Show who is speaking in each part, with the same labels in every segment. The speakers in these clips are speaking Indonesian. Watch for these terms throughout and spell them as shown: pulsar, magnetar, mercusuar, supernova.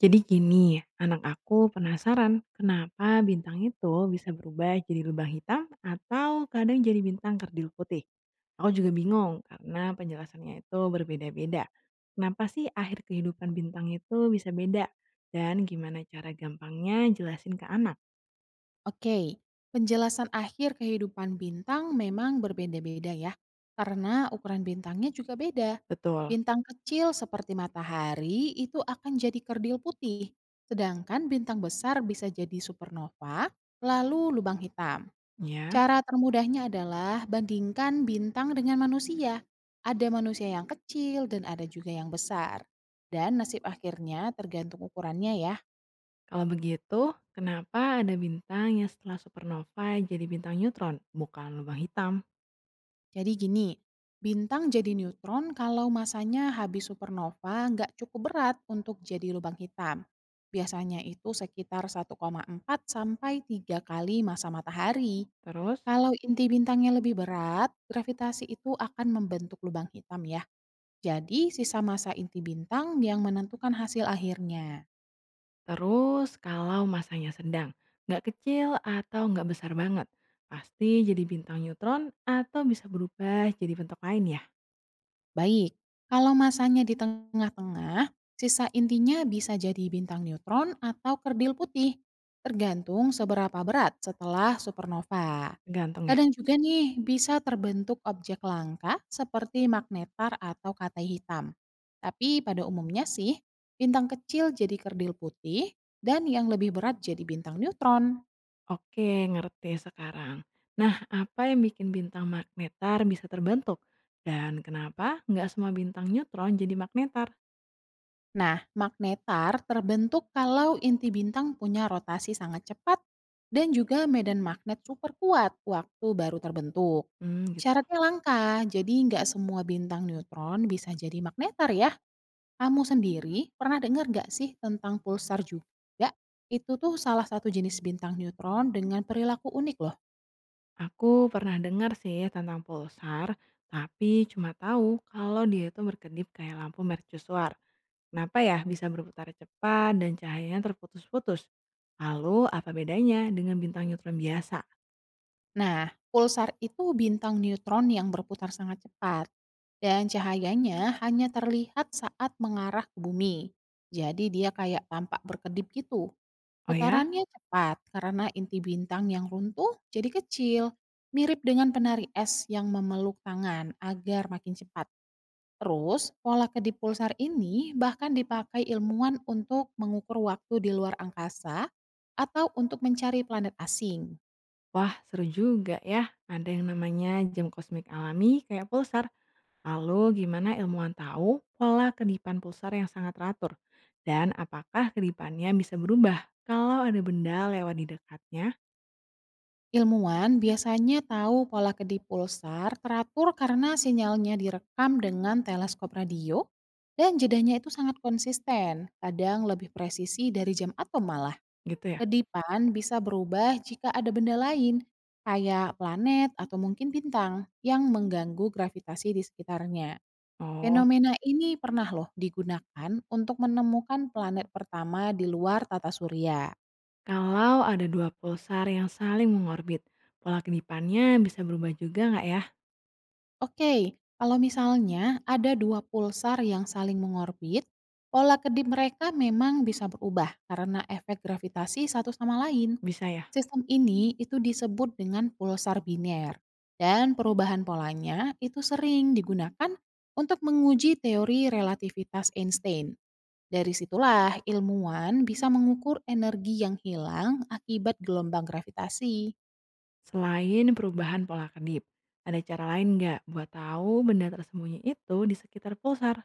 Speaker 1: Jadi gini, anak aku penasaran kenapa bintang itu bisa berubah jadi lubang hitam atau kadang jadi bintang kerdil putih. Aku juga bingung karena penjelasannya itu berbeda-beda. Kenapa sih akhir kehidupan bintang itu bisa beda? Dan gimana cara gampangnya jelasin ke anak?
Speaker 2: Oke, penjelasan akhir kehidupan bintang memang berbeda-beda ya, karena ukuran bintangnya juga beda.
Speaker 1: Betul.
Speaker 2: Bintang kecil seperti matahari itu akan jadi kerdil putih, sedangkan bintang besar bisa jadi supernova, lalu lubang hitam.
Speaker 1: Ya,
Speaker 2: Cara termudahnya adalah bandingkan bintang dengan manusia. Ada manusia yang kecil dan ada juga yang besar. Dan nasib akhirnya tergantung ukurannya ya.
Speaker 1: kalau begitu kenapa ada bintang yang setelah supernova jadi bintang neutron, bukan lubang hitam?
Speaker 2: Jadi gini, bintang jadi neutron kalau masanya habis supernova nggak cukup berat untuk jadi lubang hitam. Biasanya itu sekitar 1,4 sampai 3 kali masa matahari.
Speaker 1: Terus?
Speaker 2: Kalau inti bintangnya lebih berat, gravitasi itu akan membentuk lubang hitam ya. Jadi sisa masa inti bintang yang menentukan hasil akhirnya.
Speaker 1: Terus kalau masanya sedang, nggak kecil atau nggak besar banget, pasti jadi bintang neutron atau bisa berubah jadi bentuk lain ya,
Speaker 2: Baik, kalau masanya di tengah-tengah, sisa intinya bisa jadi bintang neutron atau kerdil putih, tergantung seberapa berat setelah supernova.
Speaker 1: tergantung ya.
Speaker 2: Kadang juga nih bisa terbentuk objek langka seperti magnetar atau katai hitam. Tapi pada umumnya sih, bintang kecil jadi kerdil putih dan yang lebih berat jadi bintang neutron.
Speaker 1: Oke, ngerti sekarang. Nah, apa yang bikin bintang magnetar bisa terbentuk? Dan kenapa nggak semua bintang neutron jadi magnetar?
Speaker 2: Nah, magnetar terbentuk kalau inti bintang punya rotasi sangat cepat dan juga medan magnet super kuat waktu baru terbentuk.
Speaker 1: Hmm, gitu.
Speaker 2: Syaratnya langka, jadi nggak semua bintang neutron bisa jadi magnetar ya. Kamu sendiri pernah dengar nggak sih tentang pulsar juga? Itu tuh salah satu jenis bintang neutron dengan perilaku unik loh.
Speaker 1: Aku pernah dengar sih tentang pulsar, tapi cuma tahu kalau dia itu berkedip kayak lampu mercusuar. Kenapa ya bisa berputar cepat dan cahayanya terputus-putus? Lalu apa bedanya dengan bintang neutron biasa?
Speaker 2: Nah, pulsar itu bintang neutron yang berputar sangat cepat dan cahayanya hanya terlihat saat mengarah ke bumi. Jadi dia kayak tampak berkedip gitu.
Speaker 1: Oh ya?
Speaker 2: Putarannya cepat karena inti bintang yang runtuh jadi kecil, mirip dengan penari es yang memeluk tangan agar makin cepat. Terus, pola kedip pulsar ini bahkan dipakai ilmuwan untuk mengukur waktu di luar angkasa atau untuk mencari planet asing.
Speaker 1: Wah seru juga ya. Ada yang namanya jam kosmik alami kayak pulsar. Lalu gimana ilmuwan tahu pola kedipan pulsar yang sangat teratur? Dan apakah kedipannya bisa berubah kalau ada benda lewat di dekatnya?
Speaker 2: Ilmuwan biasanya tahu pola kedip pulsar teratur karena sinyalnya direkam dengan teleskop radio dan jedanya itu sangat konsisten, kadang lebih presisi dari jam atom malah.
Speaker 1: Gitu ya?
Speaker 2: Kedipan bisa berubah jika ada benda lain, kayak planet atau mungkin bintang, yang mengganggu gravitasi di sekitarnya.
Speaker 1: Oh,
Speaker 2: Fenomena ini pernah loh digunakan untuk menemukan planet pertama di luar tata surya.
Speaker 1: kalau ada dua pulsar yang saling mengorbit, pola kedipannya bisa berubah juga nggak ya?
Speaker 2: Oke, kalau misalnya ada dua pulsar yang saling mengorbit, pola kedip mereka memang bisa berubah karena efek gravitasi satu sama lain.
Speaker 1: Bisa ya?
Speaker 2: Sistem ini itu disebut dengan pulsar biner dan perubahan polanya itu sering digunakan untuk menguji teori relativitas Einstein. Dari situlah ilmuwan bisa mengukur energi yang hilang akibat gelombang gravitasi.
Speaker 1: Selain perubahan pola kedip, ada cara lain nggak buat tahu benda tersembunyi itu di sekitar pulsar?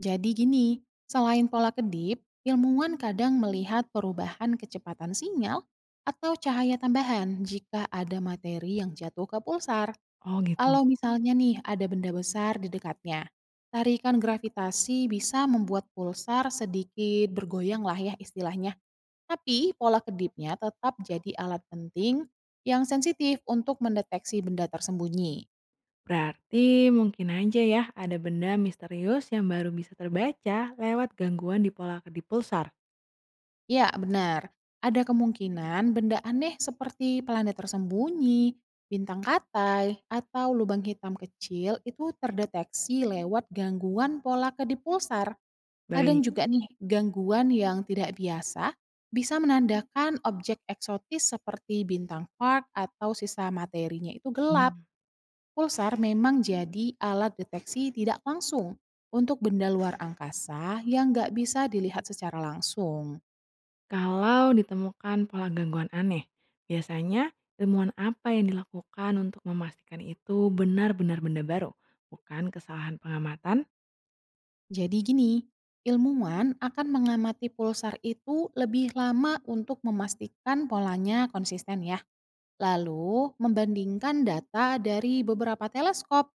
Speaker 2: Jadi gini, selain pola kedip, ilmuwan kadang melihat perubahan kecepatan sinyal atau cahaya tambahan jika ada materi yang jatuh ke pulsar.
Speaker 1: Oh gitu.
Speaker 2: Kalau misalnya nih ada benda besar di dekatnya. Tarikan gravitasi bisa membuat pulsar sedikit bergoyang lah ya istilahnya. Tapi pola kedipnya tetap jadi alat penting yang sensitif untuk mendeteksi benda tersembunyi.
Speaker 1: Berarti mungkin aja ya ada benda misterius yang baru bisa terbaca lewat gangguan di pola kedip pulsar.
Speaker 2: Ya benar. Ada kemungkinan benda aneh seperti planet tersembunyi, bintang katai, atau lubang hitam kecil itu terdeteksi lewat gangguan pola kedip pulsar. Kadang
Speaker 1: Baik.
Speaker 2: juga nih, gangguan yang tidak biasa bisa menandakan objek eksotis seperti bintang quark atau sisa materinya itu
Speaker 1: Hmm.
Speaker 2: gelap. Pulsar memang jadi alat deteksi tidak langsung untuk benda luar angkasa yang nggak bisa dilihat secara langsung.
Speaker 1: Kalau ditemukan pola gangguan aneh, biasanya ilmuwan apa yang dilakukan untuk memastikan itu benar-benar benda baru, bukan kesalahan pengamatan?
Speaker 2: Jadi gini, ilmuwan akan mengamati pulsar itu lebih lama untuk memastikan polanya konsisten ya. Lalu membandingkan data dari beberapa teleskop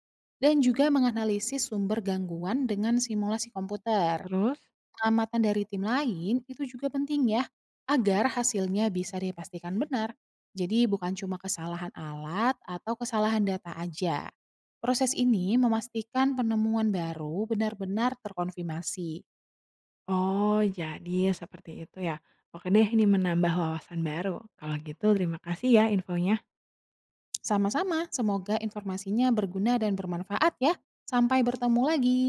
Speaker 2: dan juga menganalisis sumber gangguan dengan simulasi komputer.
Speaker 1: Terus?
Speaker 2: Pengamatan dari tim lain itu juga penting ya, agar hasilnya bisa dipastikan benar. Jadi bukan cuma kesalahan alat atau kesalahan data aja. Proses ini memastikan penemuan baru benar-benar terkonfirmasi.
Speaker 1: Oh, jadi seperti itu ya. Oke deh, ini menambah wawasan baru. Kalau gitu terima kasih ya infonya.
Speaker 2: Sama-sama, semoga informasinya berguna dan bermanfaat ya. Sampai bertemu lagi.